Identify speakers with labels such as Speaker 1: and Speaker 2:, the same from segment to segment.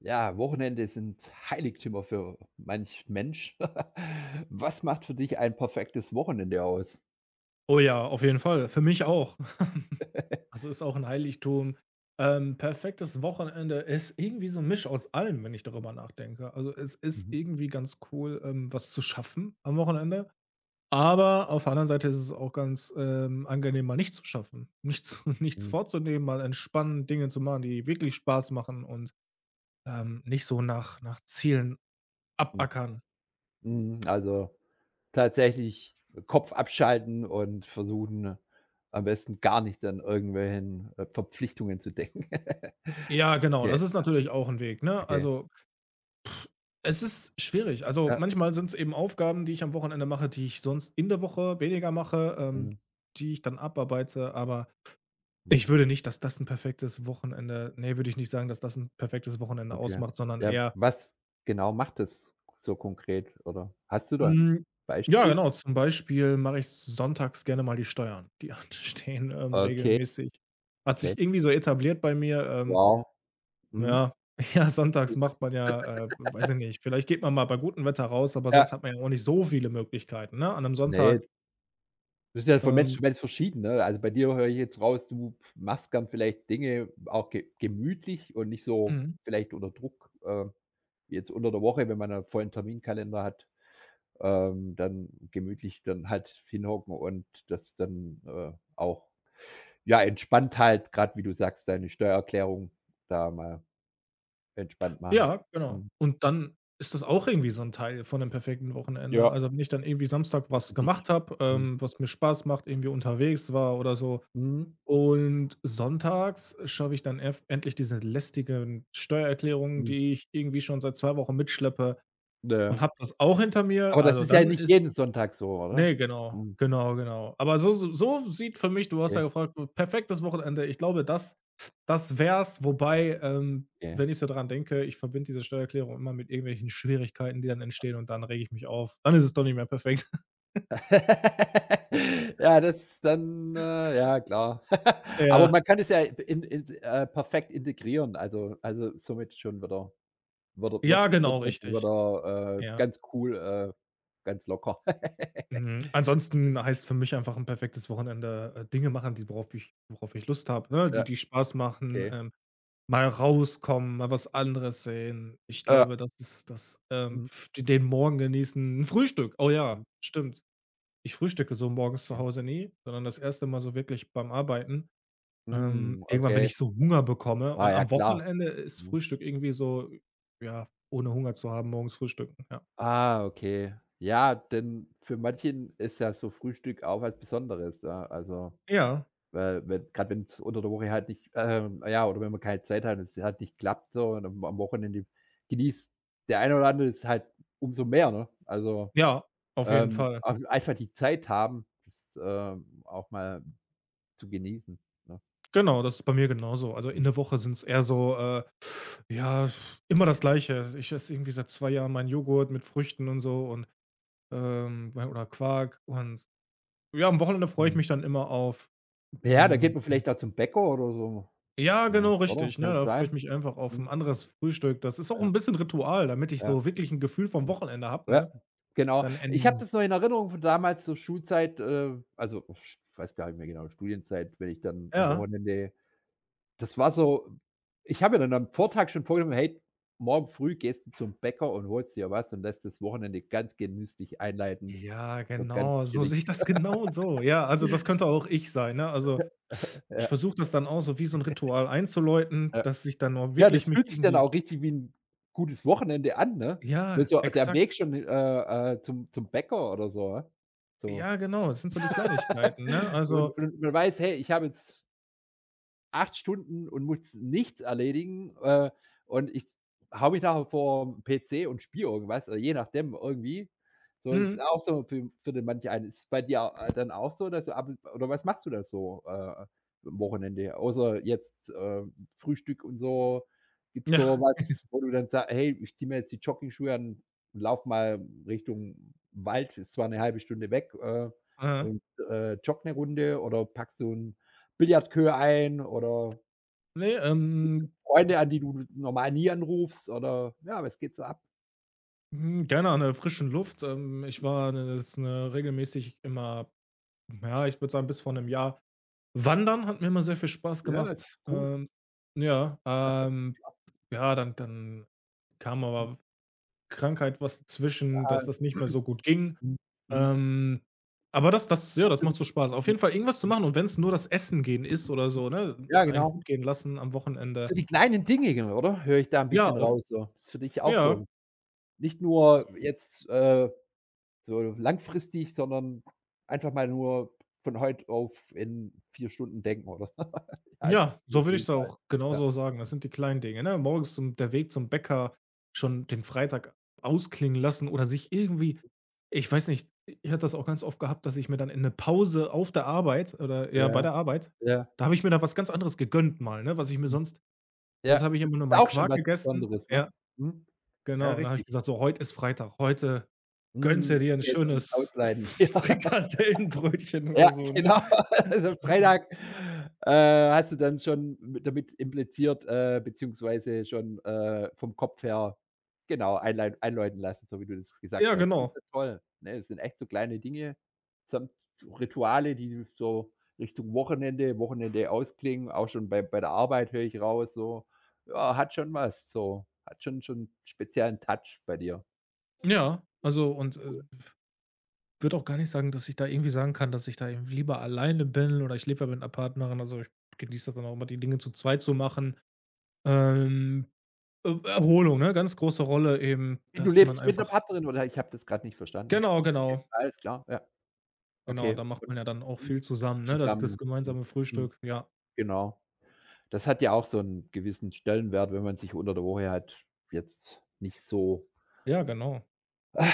Speaker 1: Ja, Wochenende sind Heiligtümer für manch Mensch. Was macht für dich ein perfektes Wochenende aus?
Speaker 2: Oh ja, auf jeden Fall. Für mich auch. Also, ist auch ein Heiligtum. Perfektes Wochenende ist irgendwie so ein Misch aus allem, wenn ich darüber nachdenke. Also, es ist
Speaker 1: Mhm.
Speaker 2: irgendwie ganz cool, was zu schaffen am Wochenende, aber auf der anderen Seite ist es auch ganz, angenehm, mal nichts zu schaffen, nichts nichts
Speaker 1: Mhm.
Speaker 2: vorzunehmen, mal entspannen, Dinge zu machen, die wirklich Spaß machen und, nicht so nach Zielen
Speaker 1: Hm,
Speaker 2: abackern.
Speaker 1: mhm, also, tatsächlich Kopf abschalten und versuchen, am besten gar nicht an irgendwelchen Verpflichtungen zu denken.
Speaker 2: Ja, genau, das
Speaker 1: Okay,
Speaker 2: ist natürlich auch ein Weg, ne?
Speaker 1: okay.
Speaker 2: Also, es ist schwierig. Also,
Speaker 1: Ja,
Speaker 2: manchmal sind es eben Aufgaben, die ich am Wochenende mache, die ich sonst in der Woche weniger mache,
Speaker 1: mhm,
Speaker 2: die ich dann abarbeite, aber
Speaker 1: mhm,
Speaker 2: ich würde nicht, dass das ein perfektes Wochenende ne, würde ich nicht sagen, dass das ein perfektes Wochenende
Speaker 1: okay.
Speaker 2: ausmacht, sondern
Speaker 1: Ja,
Speaker 2: eher
Speaker 1: was genau macht das so konkret, oder? Hast du da ein
Speaker 2: hm, ja,
Speaker 1: Beispiel?
Speaker 2: genau, zum Beispiel mache ich sonntags gerne mal die Steuern. Die anstehen,
Speaker 1: Okay,
Speaker 2: regelmäßig. Hat
Speaker 1: okay.
Speaker 2: sich irgendwie so etabliert bei mir,
Speaker 1: Wow. Mhm.
Speaker 2: ja. Ja, sonntags macht man ja, weiß ich nicht, vielleicht geht man mal bei gutem Wetter raus, aber
Speaker 1: Ja.
Speaker 2: sonst hat man ja auch nicht so viele Möglichkeiten, ne? An einem
Speaker 1: Ne,
Speaker 2: Sonntag.
Speaker 1: das ist ja von Mensch zu
Speaker 2: Ähm,
Speaker 1: Mensch verschieden, ne? Also, bei dir höre ich jetzt raus, du machst gern vielleicht Dinge auch ge gemütlich und nicht so
Speaker 2: mhm.
Speaker 1: vielleicht unter Druck, jetzt unter der Woche, wenn man 'nen vollen Terminkalender hat, dann gemütlich dann halt hinhocken und das dann auch, ja, entspannt halt, grad wie du sagst, deine Steuererklärung da mal entspannt machen.
Speaker 2: Ja, genau.
Speaker 1: Mhm.
Speaker 2: Und dann ist das auch irgendwie so 'n Teil von 'nem perfekten Wochenende.
Speaker 1: Ja,
Speaker 2: Also, wenn ich dann irgendwie Samstag
Speaker 1: für
Speaker 2: was
Speaker 1: dich.
Speaker 2: gemacht habe,
Speaker 1: Mhm.
Speaker 2: was mir Spaß macht, irgendwie unterwegs war oder so,
Speaker 1: Mhm.
Speaker 2: und sonntags schaffe ich dann erf endlich diese lästigen Steuererklärungen,
Speaker 1: Mhm.
Speaker 2: die ich irgendwie schon seit 2 Wochen mitschleppe, und
Speaker 1: Ja.
Speaker 2: habe das auch hinter mir.
Speaker 1: Aber das
Speaker 2: Also,
Speaker 1: ist ja
Speaker 2: dann
Speaker 1: nicht
Speaker 2: ist
Speaker 1: jeden Sonntag so, oder?
Speaker 2: ne, genau,
Speaker 1: Mhm,
Speaker 2: genau, genau. Aber so sieht für mich du hast ja
Speaker 1: okay.
Speaker 2: gefragt, so perfektes Wochenende. Ich glaube, das das wär's, wobei,
Speaker 1: Okay.
Speaker 2: wenn ich so dran denke, ich verbinde diese Steuererklärung immer mit irgendwelchen Schwierigkeiten, die dann entstehen und dann rege ich mich auf. Dann ist es doch nicht mehr perfekt.
Speaker 1: Ja, das ist dann ja klar. Aber
Speaker 2: Ja.
Speaker 1: man kann es ja in ins perfekt integrieren, also somit schon wieder wird wird
Speaker 2: Ja,
Speaker 1: wird
Speaker 2: genau,
Speaker 1: dann schon
Speaker 2: richtig.
Speaker 1: wieder
Speaker 2: Ja.
Speaker 1: ganz cool, ganz locker.
Speaker 2: Mhm. Ansonsten heißt für mich einfach 'n perfektes Wochenende, Dinge machen, die worauf ich Lust habe, ne, die
Speaker 1: Ja,
Speaker 2: die Spaß machen,
Speaker 1: okay.
Speaker 2: mal rauskommen, mal was anderes sehen. Ich
Speaker 1: Ja.
Speaker 2: glaube, das ist das,
Speaker 1: Mhm,
Speaker 2: f den Morgen genießen. 'N Frühstück, oh ja,
Speaker 1: mhm,
Speaker 2: stimmt. Ich frühstücke so morgens zu
Speaker 1: okay.
Speaker 2: Hause nie, sondern das erste Mal so wirklich beim Arbeiten.
Speaker 1: Hm,
Speaker 2: Irgendwann, wenn
Speaker 1: okay.
Speaker 2: ich so Hunger bekomme und
Speaker 1: Ah, ja
Speaker 2: am
Speaker 1: klar.
Speaker 2: Wochenende ist
Speaker 1: Mhm.
Speaker 2: Frühstück irgendwie so, ja, ohne Hunger zu haben, morgens frühstücken, ja.
Speaker 1: Ah, okay. Ja, denn für manchen ist ja so Frühstück auch was Besonderes, ja, also.
Speaker 2: Ja,
Speaker 1: Weil wenn grad wenn's unter der Woche halt nicht, oder wenn man keine Zeit hat und es halt nicht klappt so und am Wochenende genießt der eine oder andere es halt umso mehr, ne? Also,
Speaker 2: ja, auf jeden
Speaker 1: ähm,
Speaker 2: Fall.
Speaker 1: auch einfach die Zeit haben, das auch mal zu genießen, ne?
Speaker 2: Genau, das ist bei mir genauso. Also, in
Speaker 1: Mhm,
Speaker 2: der Woche sind's eher so, ja, immer das Gleiche. Ich esse irgendwie seit 2 Jahren meinen Joghurt mit Früchten und so und ja, oder Quark und ja, am Wochenende freue ich
Speaker 1: mhm.
Speaker 2: mich dann immer auf
Speaker 1: Ja, da
Speaker 2: hm,
Speaker 1: geht man
Speaker 2: hm,
Speaker 1: vielleicht auch zum Bäcker oder so,
Speaker 2: ja,
Speaker 1: ja,
Speaker 2: genau,
Speaker 1: oder?
Speaker 2: richtig, ne?
Speaker 1: Kann es
Speaker 2: Da freue ich
Speaker 1: sein?
Speaker 2: mich einfach auf ein
Speaker 1: Mhm,
Speaker 2: anderes Frühstück. Das ist auch
Speaker 1: ja,
Speaker 2: ein bisschen Ritual, damit ich
Speaker 1: ja,
Speaker 2: so wirklich ein Gefühl vom
Speaker 1: mhm,
Speaker 2: Wochenende habe,
Speaker 1: ja,
Speaker 2: ne?
Speaker 1: genau.
Speaker 2: Dann
Speaker 1: Ich habe
Speaker 2: en
Speaker 1: das noch in Erinnerung von damals zur Schulzeit, also, ich weiß gar nicht mehr genau, Studienzeit, wenn ich dann am
Speaker 2: ja.
Speaker 1: Wochenende. Das war so ich habe mir dann am Vortag schon vorgenommen: „Hey, morgen früh gehst du zum Bäcker und holst dir was und lässt das Wochenende ganz genüsslich einleiten,
Speaker 2: Ja,
Speaker 1: so ganz
Speaker 2: genau, so sehe
Speaker 1: chillig.“
Speaker 2: ich das genau so. Ja, also, das könnte auch ich sein, ne? Also, ich
Speaker 1: Ja,
Speaker 2: versuche das dann auch so wie so ein Ritual einzuläuten,
Speaker 1: ja.
Speaker 2: dass ich dann auch
Speaker 1: Ja,
Speaker 2: wirklich
Speaker 1: das
Speaker 2: mich
Speaker 1: fühlt sich dann
Speaker 2: irgendwie
Speaker 1: auch richtig wie 'n gutes Wochenende an, ne?
Speaker 2: ja,
Speaker 1: Weil so der Weg
Speaker 2: exakt.
Speaker 1: schon, äh, äh, zum zum Bäcker oder so, ja? So.
Speaker 2: Ja, genau, das sind so die Kleinigkeiten, ne? Also
Speaker 1: Und man weiß: „Hey, ich habe jetzt 8 Stunden und muss nichts erledigen, und ich haue mich nachher vorm PC und spiele irgendwas oder je nachdem irgendwie. So
Speaker 2: mhm,
Speaker 1: ist auch so für den manch einen. Ist bei dir dann auch so, dass du ab oder was machst du da so am Wochenende? Außer jetzt Frühstück und so. Gibt's
Speaker 2: ja.
Speaker 1: so was, wo du dann sagst: „Hey, ich ziehe mir jetzt die Joggingschuhe an und laufe mal Richtung Wald, ist zwar eine halbe Stunde weg, äh, und, äh, jogge eine Runde“ oder packst du 'n Billardqueue ein oder
Speaker 2: Ne,
Speaker 1: rufst du Freunde an, die du normal nie anrufst oder ja, was geht so ab?
Speaker 2: hm, gerne an der frischen Luft. Ich war 'ne jetzt 'ne regelmäßig immer ja, ich würde sagen, bis vor 'nem Jahr wandern, hat mir immer sehr viel Spaß
Speaker 1: Ja, ist
Speaker 2: gemacht.
Speaker 1: cool.
Speaker 2: Ja, ja, dann kam
Speaker 1: Und
Speaker 2: aber Krankheit was dazwischen,
Speaker 1: da
Speaker 2: dass das nicht mehr so gut ging.
Speaker 1: mhm, mhm.
Speaker 2: Ähm, aber das ja,
Speaker 1: Hast
Speaker 2: das
Speaker 1: du
Speaker 2: macht
Speaker 1: das
Speaker 2: so Spaß. Auf
Speaker 1: mhm,
Speaker 2: jeden Fall irgendwas zu
Speaker 1: mhm,
Speaker 2: machen und wenn es nur das Essen gehen ist oder
Speaker 1: mhm.
Speaker 2: so, ne?
Speaker 1: Ja,
Speaker 2: Ein
Speaker 1: genau.
Speaker 2: gut gehen lassen am
Speaker 1: So
Speaker 2: Wochenende.
Speaker 1: die kleinen Dinge, oder? Höre ich da 'n
Speaker 2: Ja,
Speaker 1: bisschen
Speaker 2: auf
Speaker 1: raus so. Ist für dich auch
Speaker 2: ja.
Speaker 1: so. Nicht nur jetzt so langfristig, sondern einfach mal nur von heute auf in 4 Stunden denken, oder? Ja, jetzt ist
Speaker 2: Ja, so würde
Speaker 1: übertrieben
Speaker 2: ich's
Speaker 1: halt.
Speaker 2: auch
Speaker 1: Ja,
Speaker 2: genauso sagen. Das sind die kleinen Dinge, ne? Morgens zum der Weg zum Bäcker, schon den Freitag ausklingen lassen oder sich irgendwie ich weiß nicht, ich hatte das auch ganz oft gehabt, dass ich mir dann in eine Pause auf der Arbeit oder ja, bei
Speaker 1: ja,
Speaker 2: der Arbeit
Speaker 1: ja.
Speaker 2: da habe ich mir da was ganz anderes gegönnt mal, ne, was ich mir sonst
Speaker 1: Ja,
Speaker 2: sonst habe ich
Speaker 1: das
Speaker 2: immer
Speaker 1: ist
Speaker 2: nur
Speaker 1: ja
Speaker 2: meinen
Speaker 1: auch schon
Speaker 2: Quark
Speaker 1: was
Speaker 2: gegessen.
Speaker 1: Besonderes, ne?
Speaker 2: Ja,
Speaker 1: Mhm. Ja,
Speaker 2: genau. Und dann habe ich
Speaker 1: richtig.
Speaker 2: gesagt: „So, heute ist Freitag. Heute gönnst du
Speaker 1: Mhm,
Speaker 2: dir ein
Speaker 1: okay, schon
Speaker 2: schönes
Speaker 1: ausleiten, ja.
Speaker 2: Frikadellenbrötchen oder
Speaker 1: Ja,
Speaker 2: so“, ne?
Speaker 1: genau. Also, Freitag, äh, hast du dann schon mit damit impliziert, beziehungsweise schon vom Kopf her genau, einlei einläuten lassen, so wie du das
Speaker 2: Ja,
Speaker 1: gesagt hast. Das ist
Speaker 2: genau.
Speaker 1: ja toll, ne? Das sind echt so kleine Dinge samt Rituale, die so Richtung Wochenende ausklingen. Auch schon bei der Arbeit höre ich raus so. Ja, hat schon was so. Hat schon einen speziellen Touch bei dir.
Speaker 2: Ja, also und,
Speaker 1: Cool.
Speaker 2: würde auch gar nicht sagen, dass ich da irgendwie sagen kann, dass ich da irgendwie lieber alleine bin oder ich lebe ja mit einer Partnerin. Also, ich genieße das dann auch immer, die Dinge zu zweit zu machen. Ähm, Erholung, ne, ganz große Rolle eben,
Speaker 1: Wie, du
Speaker 2: dass man
Speaker 1: lebst mit 'ner
Speaker 2: einfach
Speaker 1: Partnerin oder ich habe das grad nicht verstanden?
Speaker 2: genau, genau,
Speaker 1: Alles klar, ja,
Speaker 2: genau.
Speaker 1: okay.
Speaker 2: Da macht
Speaker 1: Und
Speaker 2: man ja dann auch viel
Speaker 1: mhm,
Speaker 2: zusammen, ne, das
Speaker 1: zusammen.
Speaker 2: das
Speaker 1: Mhm,
Speaker 2: gemeinsame
Speaker 1: mhm,
Speaker 2: Frühstück. Ja,
Speaker 1: genau. Das hat ja auch so 'n gewissen Stellenwert, wenn man sich unter der Woche halt jetzt nicht so,
Speaker 2: ja, genau.
Speaker 1: äh,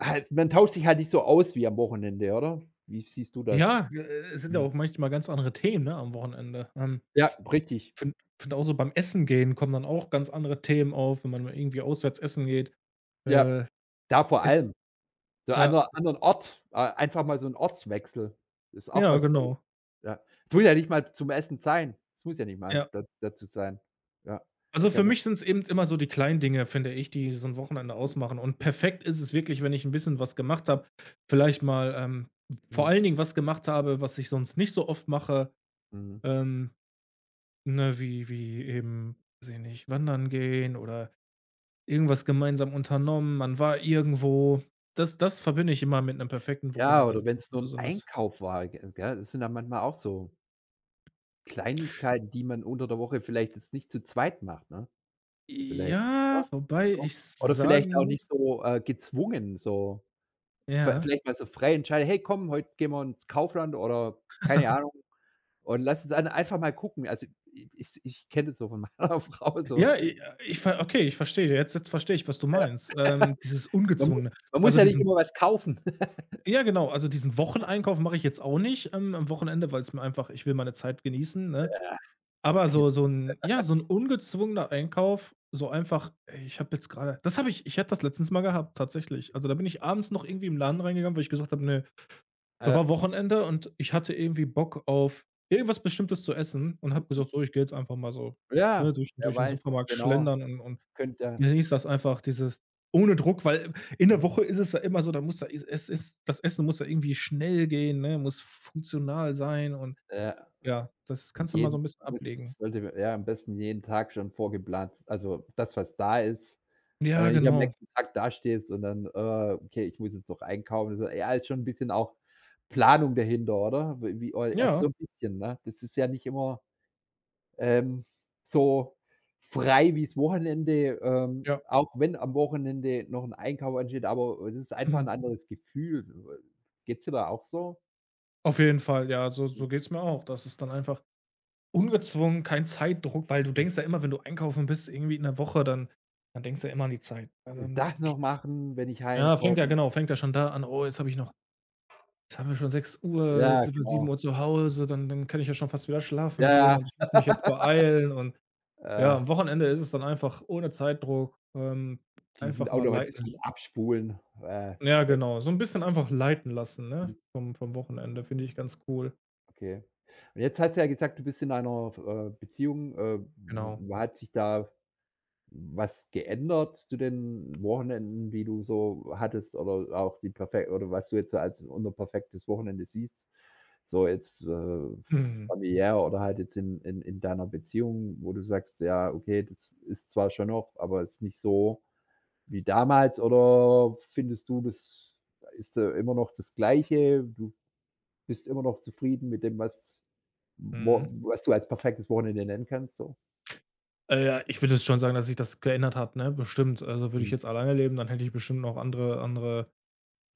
Speaker 1: halt man tauscht sich halt nicht so aus wie am Wochenende, oder? Wie siehst du das?
Speaker 2: Ja, es sind ja
Speaker 1: Mhm.
Speaker 2: auch manchmal ganz andere Themen, ne, am Wochenende.
Speaker 1: Ja, richtig.
Speaker 2: Finde auch so beim Essen gehen kommen dann auch ganz andere Themen auf, wenn man mal irgendwie auswärts essen geht.
Speaker 1: Ja.
Speaker 2: Äh,
Speaker 1: Da vor
Speaker 2: ist
Speaker 1: allem. So
Speaker 2: ja,
Speaker 1: anderen Ort, einfach mal so 'n Ortswechsel ist auch
Speaker 2: ja,
Speaker 1: was Tolles.
Speaker 2: genau.
Speaker 1: Ja. Es muss ja nicht mal zum Essen sein. Es muss ja nicht mal
Speaker 2: Ja.
Speaker 1: da dazu sein. Ja,
Speaker 2: Also, für
Speaker 1: genau.
Speaker 2: mich sind es eben immer so die kleinen Dinge, finde ich, die so ein Wochenende
Speaker 1: Mhm,
Speaker 2: ausmachen. Und perfekt ist es wirklich, wenn ich ein bisschen was gemacht habe. Vielleicht mal, vor
Speaker 1: mhm,
Speaker 2: allen Dingen was gemacht habe, was ich sonst nicht so oft mache,
Speaker 1: mhm.
Speaker 2: ähm, ne, wie eben, weiß ich nicht, wandern gehen oder irgendwas gemeinsam unternommen. Man war irgendwo. Das verbinde ich immer mit einem perfekten
Speaker 1: Ja,
Speaker 2: Wochenende,
Speaker 1: oder
Speaker 2: das macht
Speaker 1: wenn's
Speaker 2: mir
Speaker 1: nur 'n
Speaker 2: besonders
Speaker 1: Einkauf war, ge gell? Das sind dann manchmal auch so Kleinigkeiten, die man unter der Woche vielleicht jetzt nicht zu zweit macht, ne? Vielleicht, oder?
Speaker 2: ja, wobei
Speaker 1: So.
Speaker 2: ich
Speaker 1: Oder vielleicht
Speaker 2: sagen
Speaker 1: auch nicht
Speaker 2: muss
Speaker 1: so, gezwungen, so v
Speaker 2: ja.
Speaker 1: vielleicht mal so frei entscheiden: „Hey, komm, heute gehen wir ins Kaufland“ oder keine Ahnung. Und lass uns an einfach mal gucken. Also, i ich ich kenne das so von meiner Frau so.
Speaker 2: Ja, i ich ver okay, ich verstehe. Jetzt verstehe ich, was du meinst. Dieses
Speaker 1: Man muss
Speaker 2: Ungezwungene.
Speaker 1: man muss
Speaker 2: Also,
Speaker 1: ja nicht
Speaker 2: diesen
Speaker 1: immer was kaufen.
Speaker 2: ja genau, also, diesen Wocheneinkauf mache ich jetzt auch nicht, am Wochenende, weil es mir einfach ich will meine Zeit genießen, ne?
Speaker 1: Das
Speaker 2: Aber
Speaker 1: ke
Speaker 2: so so ein, ja, so ein ungezwungener Einkauf, so einfach: „Ey, ich habe jetzt gerade, das habe ich ich hatte das letztens mal gehabt, tatsächlich. Also, da bin ich abends noch irgendwie im Laden reingegangen, weil ich gesagt habe: „Ne“, da
Speaker 1: äh,
Speaker 2: war Wochenende und ich hatte irgendwie Bock auf irgendwas Bestimmtes zu essen und habe gesagt: „So, ich gehe jetzt einfach mal so, ne,
Speaker 1: ja,
Speaker 2: durch
Speaker 1: wer
Speaker 2: durch den
Speaker 1: weiß,
Speaker 2: Supermarkt
Speaker 1: genau.
Speaker 2: schlendern und“
Speaker 1: Könnte ja
Speaker 2: genieß das einfach, dieses ohne Druck, weil in der
Speaker 1: mhm,
Speaker 2: Woche ist es ja immer so, da muss da es ist das Essen muss ja irgendwie schnell gehen, ne, muss funktional sein und
Speaker 1: ja,
Speaker 2: ja, das kannst du mal so
Speaker 1: jeden
Speaker 2: 'n bisschen ablegen.
Speaker 1: das sollte ja, am besten jeden Tag schon vorgeplant also, das, was da ist und
Speaker 2: Ja,
Speaker 1: dann nicht am
Speaker 2: genau.
Speaker 1: nächsten Tag dastehst und dann: okay, ich muss jetzt noch einkaufen.“ So, ja, ist schon ein bisschen auch Planung dahinter, oder? Wie, also, so
Speaker 2: Ja,
Speaker 1: ein bisschen, ne? Das ist ja nicht immer ähm, so frei wie wie's Wochenende,
Speaker 2: ja.
Speaker 1: auch wenn am Wochenende noch ein Einkauf ansteht, aber es ist einfach
Speaker 2: Mhm.
Speaker 1: ein anderes Gefühl. Geht's dir da auch so?
Speaker 2: Auf jeden Fall, ja, so geht's mir auch. Das ist dann einfach ungezwungen, kein Zeitdruck, weil du
Speaker 1: Hm,
Speaker 2: denkst ja immer, wenn du einkaufen bist, irgendwie in der Woche, dann dann denkst du ja immer an die Zeit. Also, dann
Speaker 1: das noch machen, wenn ich
Speaker 2: ja, fängt ja
Speaker 1: heimkomme.
Speaker 2: genau, fängt ja schon da an: „Oh, jetzt habe ich noch jetzt haben wir schon 6 Uhr, jetzt
Speaker 1: Ja,
Speaker 2: sind wir sieben
Speaker 1: genau.
Speaker 2: Uhr zu Hause, dann kann ich ja schon fast wieder schlafen gehen
Speaker 1: Ja,
Speaker 2: und ich muss mich jetzt beeilen und
Speaker 1: ja,
Speaker 2: ja,
Speaker 1: äh,
Speaker 2: am Wochenende ist es dann einfach ohne Zeitdruck,
Speaker 1: diesen
Speaker 2: einfach mal
Speaker 1: Automatismus
Speaker 2: leiten
Speaker 1: abspulen.
Speaker 2: ja,
Speaker 1: Schrecklich.
Speaker 2: genau, so 'n bisschen einfach leiten lassen, ne, vom Wochenende, finde ich ganz cool.
Speaker 1: Okay. Und jetzt hast du ja gesagt, du bist in einer, Beziehung.
Speaker 2: Genau.
Speaker 1: W hat sich da Was geändert zu den Wochenenden, die du so hattest oder auch die perfekt oder was du jetzt so als unter perfektes Wochenende siehst? So jetzt,
Speaker 2: Mhm.
Speaker 1: familiär oder halt jetzt in deiner Beziehung, wo du sagst: „Ja, okay, das ist zwar schon noch, aber es ist nicht so wie damals.“ Oder findest du, das ist, immer noch das Gleiche? Du bist immer noch zufrieden mit dem, was
Speaker 2: Mhm.
Speaker 1: wo was du als perfektes Wochenende nennen kannst so?
Speaker 2: Ja, ich würde jetzt schon sagen, dass sich das geändert hat, ne, bestimmt. Also, würde ich
Speaker 1: Mhm.
Speaker 2: jetzt alleine leben, dann hätte ich bestimmt noch andere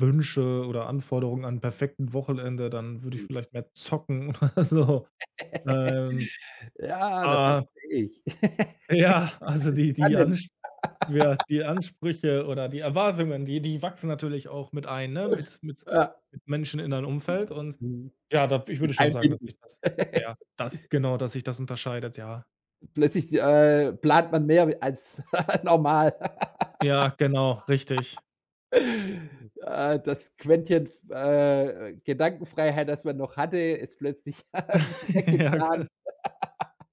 Speaker 2: Wünsche oder Anforderungen an 'n perfekten Wochenende, dann würde ich vielleicht mehr zocken oder so. Ähm
Speaker 1: Ja, das
Speaker 2: Ah,
Speaker 1: verstehe ich.
Speaker 2: ja, also die die
Speaker 1: Spannend.
Speaker 2: Ansch ja, die Ansprüche oder die Erwartungen, die wachsen natürlich auch mit ein, ne,
Speaker 1: Ja.
Speaker 2: mit Menschen in deinem Umfeld und
Speaker 1: Mhm.
Speaker 2: ja, da ich
Speaker 1: Mit
Speaker 2: würde schon sagen, dass
Speaker 1: einbinden.
Speaker 2: sich das ja, das genau, dass sich das unterscheidet, ja.
Speaker 1: Plötzlich plant man mehr als normal.
Speaker 2: Ja, genau, richtig.
Speaker 1: Das Quäntchen Gedankenfreiheit, das man noch hatte, ist plötzlich
Speaker 2: Ja, ge
Speaker 1: weggeplant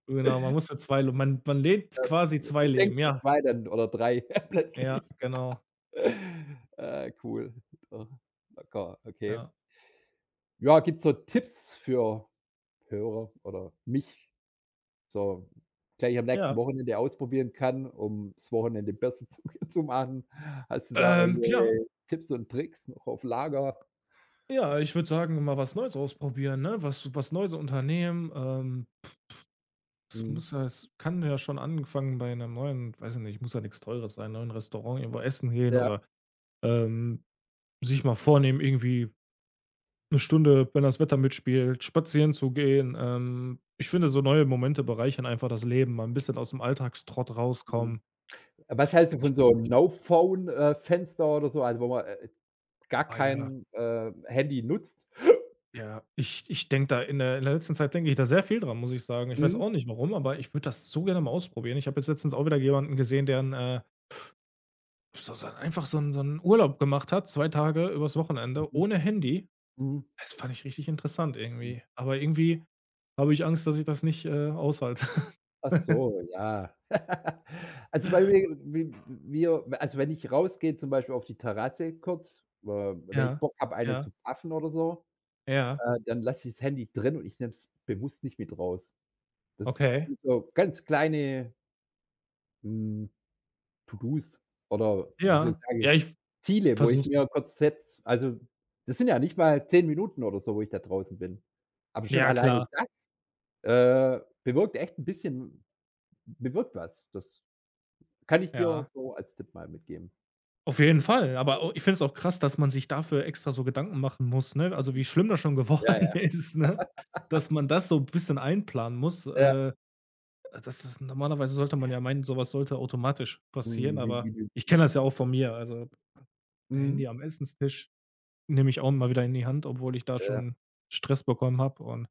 Speaker 2: genau, man muss für 2 le man lebt quasi 2
Speaker 1: und
Speaker 2: Leben,
Speaker 1: denkt schon
Speaker 2: ja.
Speaker 1: 2 dann oder 3
Speaker 2: Ja,
Speaker 1: plötzlich.
Speaker 2: genau,
Speaker 1: Cool. Doch, locker, okay.
Speaker 2: ja.
Speaker 1: Ja, gibt's so Tipps für Hörer oder mich? So, gleich am nächsten
Speaker 2: Ja,
Speaker 1: Wochenende ausprobieren kann, um das Wochenende besser zu zu machen. Hast du da
Speaker 2: ja,
Speaker 1: irgendwelche Tipps und Tricks noch auf Lager?
Speaker 2: ja, ich würde sagen, mal was Neues ausprobieren, ne? Was Neues unternehmen, es
Speaker 1: Mhm.
Speaker 2: muss ja es kann ja schon angefangen bei 'ner neuen weiß ich nicht, muss ja nichts Teures sein, neuen Restaurant irgendwo essen gehen
Speaker 1: Ja,
Speaker 2: oder, ähm, sich mal vornehmen, irgendwie 1 Stunde, wenn das Wetter mitspielt, spazieren zu gehen. Ich finde, so neue Momente bereichern einfach das Leben, mal ein bisschen aus dem Alltagstrott
Speaker 1: mhm.
Speaker 2: rauskommen,
Speaker 1: Was hältst
Speaker 2: finde
Speaker 1: du
Speaker 2: ich
Speaker 1: von
Speaker 2: ganz
Speaker 1: so
Speaker 2: wichtig.
Speaker 1: No-Phone Fenster oder so, also wo man gar
Speaker 2: Oh ja,
Speaker 1: kein Handy nutzt?
Speaker 2: ja. Ich denke da in der letzten Zeit denke ich da sehr viel dran, muss ich sagen. Ich weiß
Speaker 1: Mhm.
Speaker 2: auch nicht warum, aber ich würde das so gerne mal ausprobieren. Ich habe jetzt letztens auch wieder jemanden gesehen, der 'n, so so einfach so 'n Urlaub gemacht hat, 2 Tage übers Wochenende
Speaker 1: Mhm.
Speaker 2: ohne Handy.
Speaker 1: Mhm.
Speaker 2: Das fand ich richtig interessant
Speaker 1: Mhm.
Speaker 2: irgendwie. Aber irgendwie habe ich Angst, dass ich das nicht, aushalte.
Speaker 1: Ach so, ja. Also, bei mir wi wir also, wenn ich rausgehe, zum Beispiel auf die Terrasse kurz, wenn ich
Speaker 2: Ja,
Speaker 1: Bock habe, eine
Speaker 2: ja,
Speaker 1: zu paffen oder so.
Speaker 2: ja,
Speaker 1: Dann lasse ich das Handy drin und ich nehme es bewusst nicht mit raus. Das
Speaker 2: okay.
Speaker 1: sind so ganz kleine, hm, To-dos oder wie soll ich
Speaker 2: Ja,
Speaker 1: sagen,
Speaker 2: ja, ich
Speaker 1: Ziele, wo
Speaker 2: versuche
Speaker 1: ich
Speaker 2: es.
Speaker 1: mir kurz setze. Also, das sind ja nicht mal 10 Minuten oder so, wo ich da draußen bin. Aber schon
Speaker 2: Ja,
Speaker 1: alleine
Speaker 2: klar,
Speaker 1: das bewirkt echt ein bisschen bewirkt was. Das kann ich dir
Speaker 2: ja.
Speaker 1: so als Tipp mal mitgeben.
Speaker 2: Auf jeden Fall, aber au ich finde es auch krass, dass man sich dafür extra so Gedanken machen muss, ne? Also, wie schlimm das schon
Speaker 1: Ja,
Speaker 2: geworden
Speaker 1: ja,
Speaker 2: ist, ne? Dass man das so bisschen einplanen muss,
Speaker 1: ja.
Speaker 2: äh, das ist normalerweise sollte man ja meinen, sowas sollte automatisch passieren, aber ich kenne das ja auch von mir. Also, der
Speaker 1: Mhm.
Speaker 2: Handy am Essenstisch nehme ich auch mal wieder in die Hand, obwohl ich da
Speaker 1: Ja,
Speaker 2: schon Stress bekommen habe und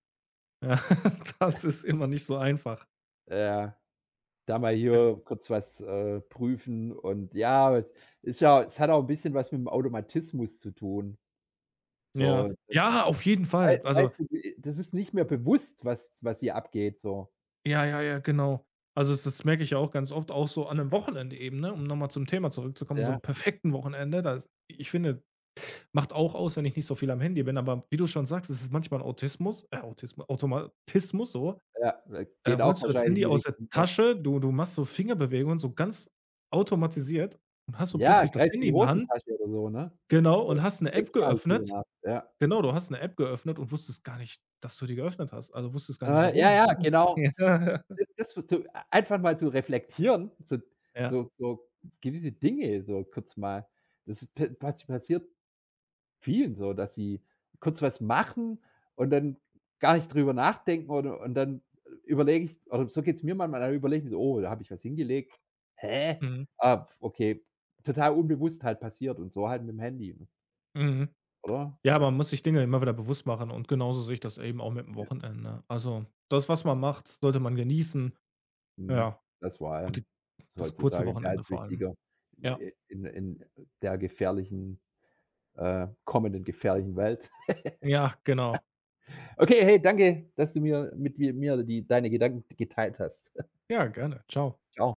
Speaker 2: ja, das ist immer nicht so einfach.
Speaker 1: ja. Da mal
Speaker 2: Ja.
Speaker 1: hier kurz was prüfen und ja, es ist ja es hat auch ein bisschen was mit dem Automatismus zu tun. So,
Speaker 2: Ja.
Speaker 1: das
Speaker 2: Ja, auf jeden
Speaker 1: wei
Speaker 2: Fall. Also,
Speaker 1: weißt du, wie das ist nicht mehr bewusst, was was hier abgeht so.
Speaker 2: ja, ja, ja, genau. Also, das das merke ich ja auch ganz oft, auch so an 'nem Wochenende eben, ne, um nochmal zum Thema zurückzukommen, so
Speaker 1: Ja,
Speaker 2: einem perfekten Wochenende, das ich finde, macht auch aus, wenn ich nicht so viel am Handy bin, aber wie du schon sagst, es ist manchmal 'n Autismus Autismu Automatismus so,
Speaker 1: ja, geht
Speaker 2: da
Speaker 1: auch
Speaker 2: holst du das
Speaker 1: wahrscheinlich in
Speaker 2: Handy
Speaker 1: die
Speaker 2: aus der
Speaker 1: Richtung, ja.
Speaker 2: Tasche, du machst so Fingerbewegungen, so ganz automatisiert und hast so
Speaker 1: Ja,
Speaker 2: plötzlich das
Speaker 1: greifst in
Speaker 2: Handy
Speaker 1: die
Speaker 2: in der Hand
Speaker 1: Hosentasche oder so, ne?
Speaker 2: genau,
Speaker 1: So,
Speaker 2: und hast 'ne App
Speaker 1: denkst gar nicht drüber
Speaker 2: geöffnet.
Speaker 1: nach, ja.
Speaker 2: Genau, du hast 'ne App geöffnet und wusstest gar nicht, dass du die geöffnet hast. Also, wusstest gar nicht,
Speaker 1: Ja,
Speaker 2: warum.
Speaker 1: ja, genau.
Speaker 2: Ja,
Speaker 1: Das das wird so einfach mal zu reflektieren, so
Speaker 2: ja.
Speaker 1: so gewisse Dinge so kurz mal. Das ist pa passi passiert vielen so, dass sie kurz was machen und dann gar nicht drüber nachdenken oder und dann überlege ich oder so geht's mir manchmal, dann überlege ich mir so: „Oh, da habe ich was hingelegt. Hä?
Speaker 2: Mhm,
Speaker 1: Ah, okay.“ Total unbewusst halt passiert und so halt mit dem Handy, ne,
Speaker 2: mhm.
Speaker 1: oder?
Speaker 2: Ja,
Speaker 1: Halt,
Speaker 2: man muss sich Dinge immer wieder bewusst machen und genauso sehe ich das eben auch mit'm
Speaker 1: ja,
Speaker 2: Wochenende. Also, das, was man macht, sollte man genießen,
Speaker 1: mhm.
Speaker 2: ja,
Speaker 1: Das vor
Speaker 2: und
Speaker 1: allem
Speaker 2: die
Speaker 1: ist
Speaker 2: das kurze
Speaker 1: heutzutage mehr
Speaker 2: Wochenende
Speaker 1: als
Speaker 2: vor allem.
Speaker 1: wichtiger
Speaker 2: Ja.
Speaker 1: in der gefährlichen kommenden gefährlichen Welt.
Speaker 2: Ja, genau.
Speaker 1: Okay, hey, danke, dass du mir mit mir die deine Gedanken geteilt hast.
Speaker 2: Ja, gerne. Tschau.
Speaker 1: Ciao.